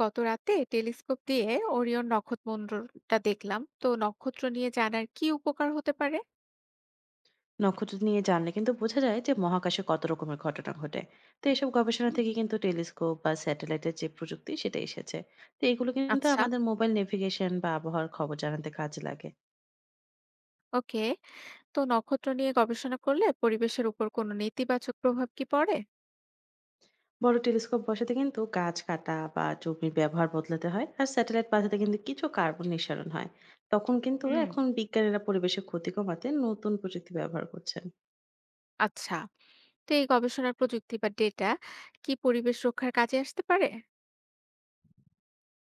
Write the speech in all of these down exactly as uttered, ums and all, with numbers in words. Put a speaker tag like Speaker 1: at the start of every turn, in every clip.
Speaker 1: গত রাতে টেলিস্কোপ দিয়ে ওরিয়ন নক্ষত্রমণ্ডলটা দেখলাম। তো নক্ষত্র নিয়ে জানার কি উপকার হতে পারে?
Speaker 2: নক্ষত্র নিয়ে জানলে কিন্তু বোঝা যায় যে মহাকাশে কত রকমের ঘটনা ঘটে। তো এসব গবেষণা
Speaker 1: হুম
Speaker 2: থেকে
Speaker 1: হুম।
Speaker 2: কিন্তু টেলিস্কোপ বা স্যাটেলাইটের যে প্রযুক্তি সেটা এসেছে। তো এগুলো কিন্তু
Speaker 1: আচ্ছা।
Speaker 2: আমাদের মোবাইল নেভিগেশন বা আবহাওয়ার খবর জানাতে কাজে লাগে।
Speaker 1: ওকে। তো নক্ষত্র নিয়ে গবেষণা করলে পরিবেশের উপর কোনো নেতিবাচক প্রভাব কি পড়ে?
Speaker 2: বড় টেলিস্কোপ বসাতে কিন্তু গাছ কাটা বা জমির ব্যবহার বদলাতে হয়, আর স্যাটেলাইট বাঁধাতে কিন্তু কিছু কার্বন নিঃসরণ হয়। তখন কিন্তু
Speaker 1: হুম,
Speaker 2: এখন বিজ্ঞানীরা পরিবেশের ক্ষতি কমাতে নতুন প্রযুক্তি ব্যবহার করছেন।
Speaker 1: আচ্ছা। তো এই গবেষণার প্রযুক্তি বা ডেটা কি পরিবেশ রক্ষার কাজে আসতে পারে?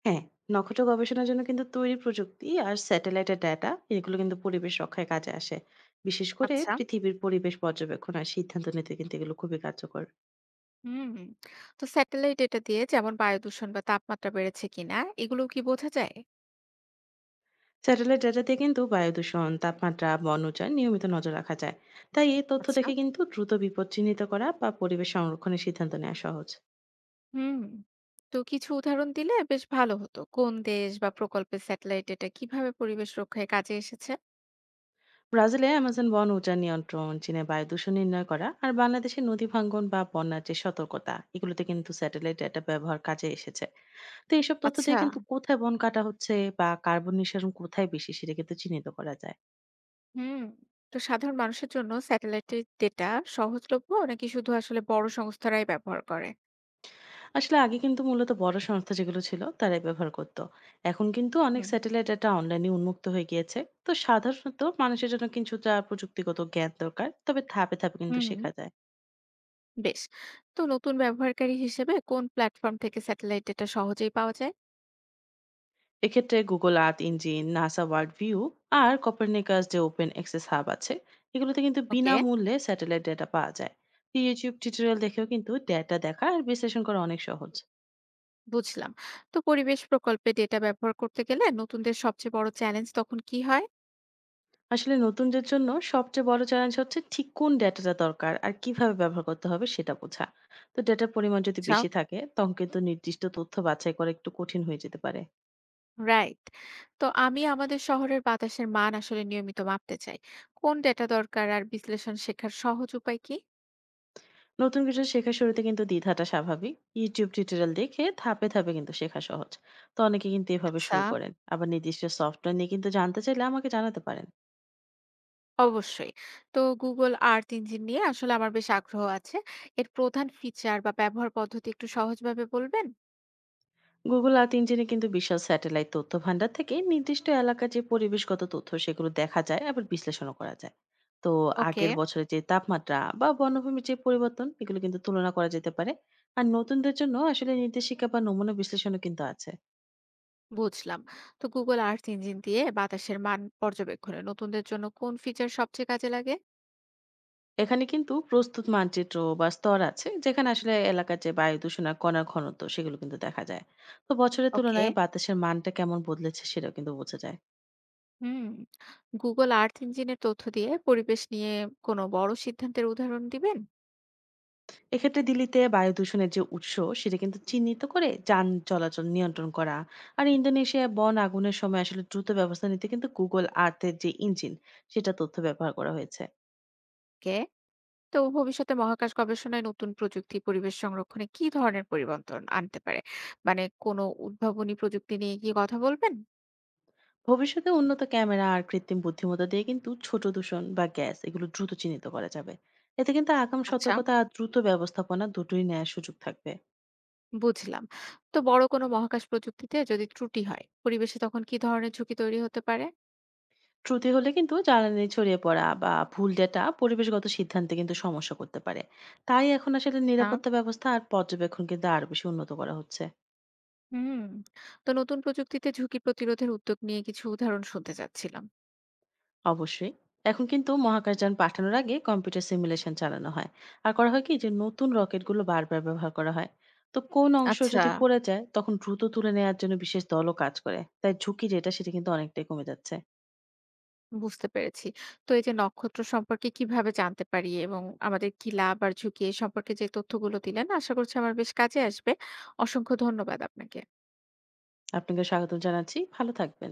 Speaker 2: হ্যাঁ, নক্ষত্র গবেষণার জন্য কিন্তু তৈরি প্রযুক্তি আর স্যাটেলাইটের ডেটা এগুলো কিন্তু পরিবেশ রক্ষায় কাজে আসে। বিশেষ করে
Speaker 1: আচ্ছা।
Speaker 2: পৃথিবীর পরিবেশ পর্যবেক্ষণ আর সিদ্ধান্ত নিতে কিন্তু এগুলো খুবই কার্যকর।
Speaker 1: হুম হুম। তো স্যাটেলাইট ডেটা দিয়ে যেমন বায়ু দূষণ বা তাপমাত্রা বেড়েছে কিনা, এগুলো কি বোঝা যায়?
Speaker 2: স্যাটেলাইট ডেটা দিয়ে কিন্তু বায়ু দূষণ, তাপমাত্রা, বনজায় নিয়মিত নজর রাখা যায়। তাই এই তথ্য
Speaker 1: আচ্ছা।
Speaker 2: থেকে কিন্তু দ্রুত বিপদ চিহ্নিত করা বা পরিবেশ সংরক্ষণের সিদ্ধান্ত নেওয়া সহজ।
Speaker 1: হুম। তো কিছু উদাহরণ দিলে বেশ ভালো হতো। কোন দেশ বা প্রকল্পের স্যাটেলাইট এটা কিভাবে পরিবেশ রক্ষায় কাজে এসেছে?
Speaker 2: ব্রাজিলে আমাজন বন উজাড় নিয়ন্ত্রণ, চীনে বায়ু দূষণ নির্ণয় করা আর বাংলাদেশে নদী ভাঙ্গন বা বন্যার যে সতর্কতা এগুলোতে কিন্তু স্যাটেলাইট ডেটা ব্যবহার কাজে এসেছে। তো এইসব তথ্য দিয়ে
Speaker 1: আচ্ছা।
Speaker 2: কিন্তু কোথায় বন কাটা হচ্ছে বা কার্বন নিঃসরণ কোথায় বেশি সেটা কিন্তু চিহ্নিত করা যায়।
Speaker 1: হুম। তো সাধারণ মানুষের জন্য স্যাটেলাইটের ডেটা সহজলভ্য, নাকি শুধু আসলে বড় সংস্থারাই ব্যবহার করে?
Speaker 2: আসলে আগে কিন্তু মূলত বড় সংস্থা যেগুলো ছিল তারাই ব্যবহার করত। এখন কিন্তু অনেক
Speaker 1: হুম।
Speaker 2: স্যাটেলাইট ডেটা অনলাইনে উন্মুক্ত হয়ে গিয়েছে। তো সাধারণত মানুষের জন্য কিছুটা প্রযুক্তিগত জ্ঞান দরকার, তবে ধাপে ধাপে কিন্তু
Speaker 1: হুম,
Speaker 2: শেখা যায়।
Speaker 1: বেশ। তো নতুন ব্যবহারকারী হিসেবে কোন প্ল্যাটফর্ম থেকে স্যাটেলাইট ডেটা সহজেই পাওয়া যায়?
Speaker 2: এক্ষেত্রে Google Earth engine, NASA world view আর কপারনিকাস যে ওপেন অ্যাক্সেস হাব আছে এগুলোতে কিন্তু
Speaker 1: ওকে।
Speaker 2: বিনামূল্যে স্যাটেলাইট ডেটা পাওয়া যায়। তো ইউটিউব টিউটোরিয়াল দেখেও কিন্তু ডেটা দেখা আর বিশ্লেষণ করা অনেক সহজ।
Speaker 1: বুঝলাম। তো পরিবেশ প্রকল্পে ডেটা ব্যবহার করতে গেলে নতুনদের সবচেয়ে বড় চ্যালেঞ্জ তখন কি হয়?
Speaker 2: আসলে নতুনদের জন্য সবচেয়ে বড় চ্যালেঞ্জ হচ্ছে ঠিক কোন ডেটাটা দরকার আর কিভাবে ব্যবহার করতে হবে সেটা বোঝা। তো ডেটার পরিমাণ যদি
Speaker 1: আচ্ছা।
Speaker 2: বেশি থাকে তখন কিন্তু নির্দিষ্ট তথ্য বাছাই করা একটু কঠিন হয়ে যেতে পারে।
Speaker 1: রাইট। তো আমি আমাদের শহরের বাতাসের মান আসলে নিয়মিত মাপতে চাই। কোন ডেটা দরকার আর বিশ্লেষণ শেখার সহজ উপায় কি?
Speaker 2: নতুন কিছু শেখার শুরুতে কিন্তু দ্বিধাটা স্বাভাবিক। ইউটিউব টিউটোরিয়াল দেখে ধাপে ধাপে কিন্তু শেখা সহজ। তো অনেকে কিন্তু এভাবে
Speaker 1: আচ্ছা।
Speaker 2: শুরু করেন, আবার নির্দিষ্ট সফটওয়্যার নিয়ে কিন্তু জানতে চাইলে আমাকে জানাতে পারেন।
Speaker 1: অবশ্যই। তো গুগল আর্থ ইঞ্জিন নিয়ে আসলে আমার বেশ আগ্রহ আছে। এর প্রধান ফিচার বা ব্যবহার পদ্ধতি একটু সহজভাবে বলবেন?
Speaker 2: গুগল আর্থ ইঞ্জিনে কিন্তু বিশাল স্যাটেলাইট তথ্য ভান্ডার থেকে নির্দিষ্ট এলাকার যে পরিবেশগত তথ্য সেগুলো দেখা যায়, আবার বিশ্লেষণও করা যায়। তো
Speaker 1: ওকে।
Speaker 2: আগের বছরের যে তাপমাত্রা বা বনভূমির যে পরিবর্তন এগুলো কিন্তু তুলনা করা যেতে পারে। আর নতুনদের জন্য আসলে নির্দেশিকা বা নমুনা বিশ্লেষণও কিন্তু আছে।
Speaker 1: বুঝলাম। তো Google Earth Engine দিয়ে বাতাসের মান পর্যবেক্ষণে নতুনদের জন্য কোন ফিচার সবচেয়ে কাজে লাগে?
Speaker 2: এখানে কিন্তু প্রস্তুত মানচিত্র বা স্তর আছে যেখানে আসলে এলাকার যে বায়ু দূষণ আর কণার ঘনত্ব সেগুলো কিন্তু দেখা যায়। তো বছরের
Speaker 1: ওকে।
Speaker 2: তুলনায় বাতাসের মানটা কেমন বদলেছে সেটাও কিন্তু বোঝা যায়।
Speaker 1: হুম। গুগল আর্থ ইঞ্জিন এর তথ্য দিয়ে পরিবেশ নিয়ে কোনো বড় সিদ্ধান্তের উদাহরণ দিবেন?
Speaker 2: এক্ষেত্রে দিল্লিতে বায়ু দূষণের যে উৎস সেটা কিন্তু চিহ্নিত করে যান চলাচল নিয়ন্ত্রণ করা আর ইন্দোনেশিয়া বন আগুনের সময় আসলে দ্রুত ব্যবস্থা নিতে কিন্তু গুগল আর্থের যে ইঞ্জিন সেটা তথ্য ব্যবহার করা হয়েছে।
Speaker 1: ওকে। তো ভবিষ্যতে মহাকাশ গবেষণায় নতুন প্রযুক্তি পরিবেশ সংরক্ষণে কি ধরনের পরিবর্তন আনতে পারে? মানে কোনো উদ্ভাবনী প্রযুক্তি নিয়ে কি কথা বলবেন?
Speaker 2: ভবিষ্যতে উন্নত ক্যামেরা আর কৃত্রিম বুদ্ধিমত্তা দিয়ে কিন্তু ছোট দূষণ বা গ্যাস এগুলো দ্রুত চিহ্নিত করা যাবে। এতে কিন্তু আগাম
Speaker 1: আচ্ছা।
Speaker 2: সতর্কতা আর দ্রুত ব্যবস্থাপনা দুটোই নেওয়ার সুযোগ থাকবে।
Speaker 1: বুঝলাম। তো বড় কোনো মহাকাশ প্রযুক্তিতে যদি ত্রুটি হয়, পরিবেশে তখন কি ধরনের ঝুঁকি তৈরি হতে পারে?
Speaker 2: ত্রুটি হলে কিন্তু জ্বালানি ছড়িয়ে পড়া বা ভুল ডেটা পরিবেশগত সিদ্ধান্তে কিন্তু সমস্যা করতে পারে। তাই এখন আসলে
Speaker 1: হ্যাঁ।
Speaker 2: নিরাপত্তা ব্যবস্থা আর পর্যবেক্ষণ কিন্তু আরো বেশি উন্নত করা হচ্ছে।
Speaker 1: হুম। তো নতুন প্রযুক্তিতে ঝুঁকি প্রতিরোধের উদ্যোগ নিয়ে কিছু উদাহরণ শুনতে চাচ্ছিলাম।
Speaker 2: অবশ্যই। এখন কিন্তু মহাকাশযান পাঠানোর আগে কম্পিউটার সিমুলেশন চালানো হয়। আর করা হয় কি যে নতুন রকেটগুলো বারবার ব্যবহার করা হয়। তো কোন অংশ
Speaker 1: আচ্ছা।
Speaker 2: যদি পড়ে যায় তখন দ্রুত তুলে নেওয়ার জন্য বিশেষ দলও কাজ করে, তাই ঝুঁকি যেটা সেটা কিন্তু অনেকটাই কমে যাচ্ছে।
Speaker 1: বুঝতে পেরেছি। তো এই যে নক্ষত্র সম্পর্কে কিভাবে জানতে পারি এবং আমাদের কি লাভ আর ঝুঁকি, এ সম্পর্কে যে তথ্যগুলো দিলেন আশা করছি আমার বেশ কাজে আসবে। অসংখ্য ধন্যবাদ আপনাকে।
Speaker 2: আপনাকে স্বাগত জানাচ্ছি, ভালো থাকবেন।